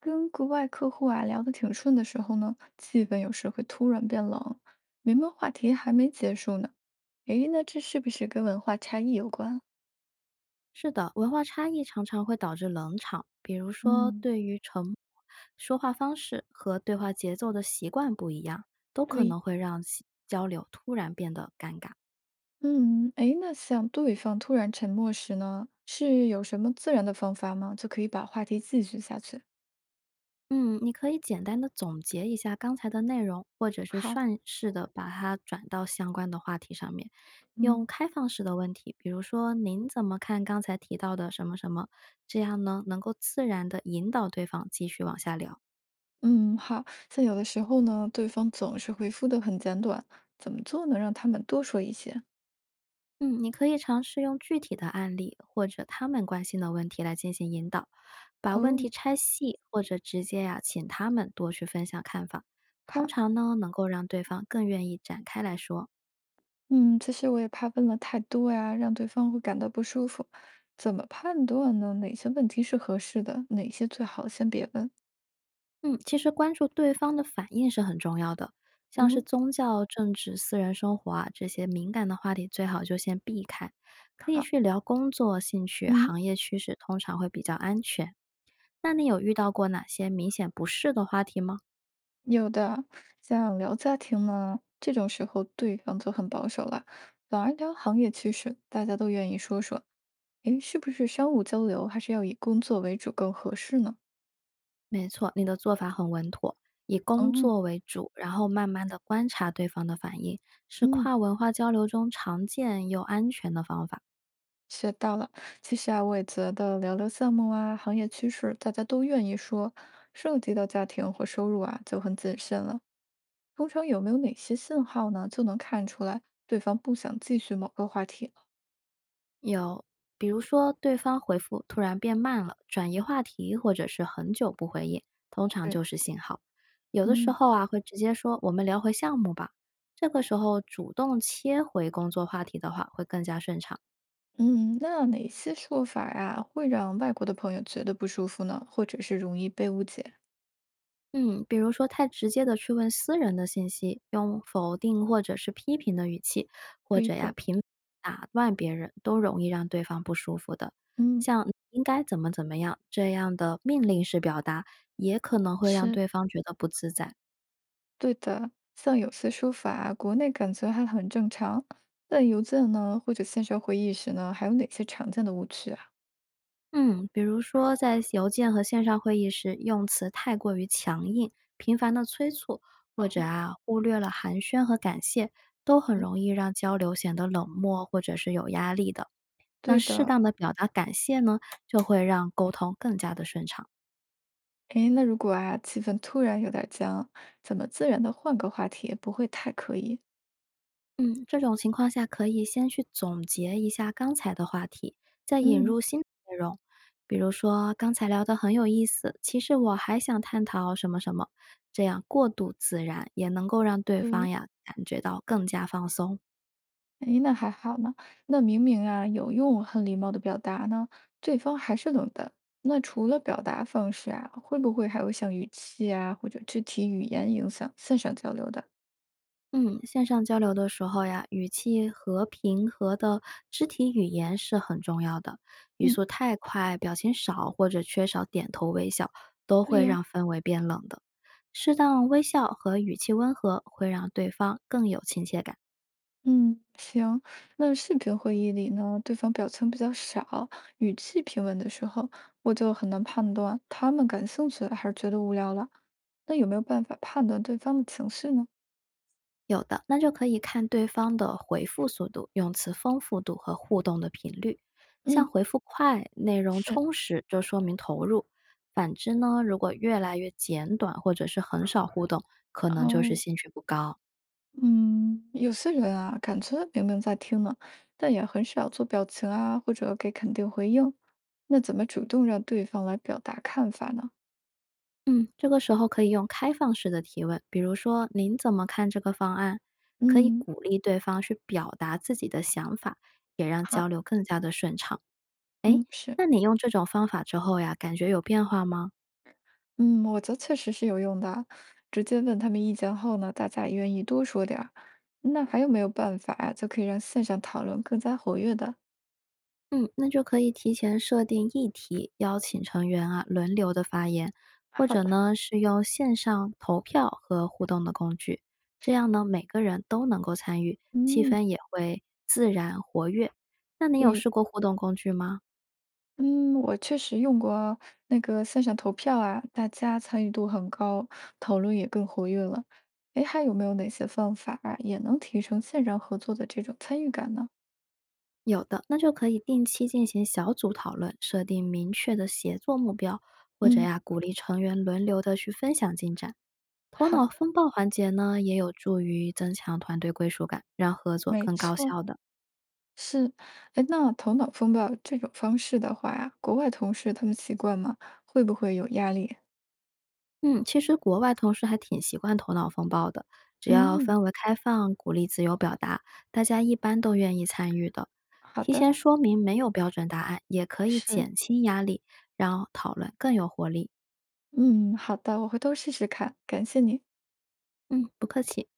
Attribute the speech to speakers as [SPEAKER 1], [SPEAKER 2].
[SPEAKER 1] 跟国外客户啊聊得挺顺的时候呢，气氛有时会突然变冷，明明话题还没结束呢。诶，那这是不是跟文化差异有关？
[SPEAKER 2] 是的，文化差异常常会导致冷场，比如说
[SPEAKER 1] 嗯，
[SPEAKER 2] 对于沉默、说话方式和对话节奏的习惯不一样，都可
[SPEAKER 1] 对，
[SPEAKER 2] 能会让其交流突然变得尴尬。
[SPEAKER 1] 嗯，诶，那像对方突然沉默时呢，是有什么自然的方法吗？就可以把话题继续下去？
[SPEAKER 2] 嗯，你可以简单的总结一下刚才的内容，或者是
[SPEAKER 1] 好，
[SPEAKER 2] 顺势的把它转到相关的话题上面，用
[SPEAKER 1] 嗯，
[SPEAKER 2] 开放式的问题，比如说您怎么看刚才提到的什么什么，这样呢能够自然的引导对方继续往下聊。
[SPEAKER 1] 嗯，好，像有的时候呢，对方总是回复的很简短，怎么做能让他们多说一些？
[SPEAKER 2] 嗯，你可以尝试用具体的案例或者他们关心的问题来进行引导，把问题
[SPEAKER 1] 哦。
[SPEAKER 2] 拆细，或者直接呀、请他们多去分享看法。通
[SPEAKER 1] 好。
[SPEAKER 2] 常呢，能够让对方更愿意展开来说。
[SPEAKER 1] 嗯，其实我也怕问了太多呀，让对方会感到不舒服。怎么判断呢？哪些问题是合适的，哪些最好先别问？
[SPEAKER 2] 嗯，其实关注对方的反应是很重要的，像是
[SPEAKER 1] 嗯，
[SPEAKER 2] 宗教、政治、私人生活啊这些敏感的话题，最好就先避开。可以
[SPEAKER 1] 好，
[SPEAKER 2] 去聊工作、兴趣、
[SPEAKER 1] 嗯，
[SPEAKER 2] 行业趋势，通常会比较安全。那你有遇到过哪些明显不适的话题吗？
[SPEAKER 1] 有的，像聊家庭呢，这种时候对方就很保守了，反而聊行业趋势，大家都愿意说说，诶，是不是商务交流还是要以工作为主更合适呢？
[SPEAKER 2] 没错，你的做法很稳妥，以工
[SPEAKER 1] 哦，
[SPEAKER 2] 作为主，然后慢慢的观察对方的反应，是
[SPEAKER 1] 嗯。
[SPEAKER 2] 跨文化交流中常见又安全的方法。
[SPEAKER 1] 学到了。其实啊，我也觉得聊聊项目啊、行业趋势，大家都愿意说，涉及到家庭或收入啊，就很谨慎了。通常有没有哪些信号呢，就能看出来对方不想继续某个话题了？
[SPEAKER 2] 有，比如说对方回复突然变慢了，转移话题，或者是很久不回应，通常就
[SPEAKER 1] 是，
[SPEAKER 2] 是信号。有的时
[SPEAKER 1] 嗯，
[SPEAKER 2] 候啊，会直接说我们聊回项目吧。这个时候主动切回工作话题的话，会更加顺畅。
[SPEAKER 1] 嗯，那哪些说法呀、会让外国的朋友觉得不舒服呢？或者是容易被误解？
[SPEAKER 2] 嗯，比如说太直接的去问私人的信息，用否定或者是批评的语气，或
[SPEAKER 1] 对
[SPEAKER 2] 者呀
[SPEAKER 1] 的，
[SPEAKER 2] 频繁打断别人，都容易让对方不舒服的。
[SPEAKER 1] 嗯。
[SPEAKER 2] 像你应该怎么怎么样这样的命令式表达，也可能会让
[SPEAKER 1] 是，
[SPEAKER 2] 对方觉得不自在。
[SPEAKER 1] 对的，像有些说法啊，国内感觉还很正常，但邮件呢，或者线上会议时呢，还有哪些常见的误区啊？
[SPEAKER 2] 嗯，比如说在邮件和线上会议时，用词太过于强硬，频繁的催促，或者
[SPEAKER 1] 哦，
[SPEAKER 2] 啊忽略了寒暄和感谢，都很
[SPEAKER 1] 嗯，
[SPEAKER 2] 容易让交流显得冷漠或者是有压力的。那
[SPEAKER 1] 对
[SPEAKER 2] 适
[SPEAKER 1] 的。
[SPEAKER 2] 当的表达感谢呢，就会让沟通更加的顺畅。
[SPEAKER 1] 诶，那如果啊，气氛突然有点僵，怎么自然的换个话题，不会太刻意？
[SPEAKER 2] 嗯，这种情况下可以先去总结一下刚才的话题，再引
[SPEAKER 1] 嗯，
[SPEAKER 2] 入新的内容。比如说，刚才聊得很有意思，其实我还想探讨什么什么，这样过渡自然，也能够让对方
[SPEAKER 1] 对。
[SPEAKER 2] 呀感觉到更加放松。
[SPEAKER 1] 诶，那还好呢。那明明啊，有用很礼貌的表达呢，对方还是冷的。那除了表达方式啊，会不会还有像语气啊，或者肢体语言影响线上交流的？
[SPEAKER 2] 嗯，线上交流的时候呀，语气和平和的肢体语言是很重要的。语
[SPEAKER 1] 嗯，
[SPEAKER 2] 速太快、表情少或者缺少点头微笑，都
[SPEAKER 1] 对
[SPEAKER 2] 会
[SPEAKER 1] 呀。
[SPEAKER 2] 让氛围变冷的。适当微笑和语气温和，会让对方更有亲切感。
[SPEAKER 1] 嗯，行。那视频会议里呢，对方表情比较少，语气平稳的时候，我就很难判断他们感兴趣还是觉得无聊了。那有没有办法判断对方的情绪呢？
[SPEAKER 2] 有的，那就可以看对方的回复速度、用词丰富度和互动的频率。像
[SPEAKER 1] 嗯，
[SPEAKER 2] 回复快、内容
[SPEAKER 1] 是，
[SPEAKER 2] 充实，就说明投入；反之呢，如果越来越简短或者是很少互动，可能就是
[SPEAKER 1] 哦，
[SPEAKER 2] 兴趣不高。
[SPEAKER 1] 嗯，有些人啊，感觉明明在听呢，但也很少做表情啊，或者给肯定回应。那怎么主动让对方来表达看法呢？
[SPEAKER 2] 嗯，这个时候可以用开放式的提问，比如说“您怎么看这个方案”，可以
[SPEAKER 1] 嗯，
[SPEAKER 2] 鼓励对方去表达自己的想法，也让
[SPEAKER 1] 好，
[SPEAKER 2] 交流更加的顺畅。
[SPEAKER 1] 嗯，是。
[SPEAKER 2] 那你用这种方法之后呀，感觉有变化吗？
[SPEAKER 1] 嗯，我觉得确实是有用的啊，直接问他们意见后呢，大家也愿意多说点儿。那还有没有办法呀，就可以让线上讨论更加活跃的？
[SPEAKER 2] 嗯，那就可以提前设定议题，邀请成员啊轮流的发言，或
[SPEAKER 1] 好
[SPEAKER 2] 者
[SPEAKER 1] 的，
[SPEAKER 2] 呢是用线上投票和互动的工具，这样呢每个人都能够参与，气
[SPEAKER 1] 嗯，
[SPEAKER 2] 氛也会自然活跃。那你有
[SPEAKER 1] 对，
[SPEAKER 2] 试过互动工具吗？
[SPEAKER 1] 嗯，我确实用过那个线上投票啊，大家参与度很高，讨论也更活跃了。哎，还有没有哪些方法啊也能提升线上合作的这种参与感呢？
[SPEAKER 2] 有的，那就可以定期进行小组讨论，设定明确的协作目标，或者
[SPEAKER 1] 嗯，
[SPEAKER 2] 呀鼓励成员轮流的去分享进展。头
[SPEAKER 1] 好
[SPEAKER 2] 脑
[SPEAKER 1] 的，
[SPEAKER 2] 风暴环节呢，也有助于增强团队归属感，让合作
[SPEAKER 1] 没
[SPEAKER 2] 更高
[SPEAKER 1] 错。
[SPEAKER 2] 效的。
[SPEAKER 1] 是，哎，那头脑风暴这种方式的话呀，国外同事他们习惯吗？会不会有压力？
[SPEAKER 2] 嗯，其实国外同事还挺习惯头脑风暴的，只要
[SPEAKER 1] 嗯，
[SPEAKER 2] 氛围开放，鼓励自由表达，大家一般都愿意参与的。
[SPEAKER 1] 好
[SPEAKER 2] 提
[SPEAKER 1] 的，
[SPEAKER 2] 前说明没有标准答案，也可以
[SPEAKER 1] 是，
[SPEAKER 2] 减轻压力，让讨论更有活力。
[SPEAKER 1] 嗯，好的，我回头试试看，感谢你。
[SPEAKER 2] 嗯，不客气。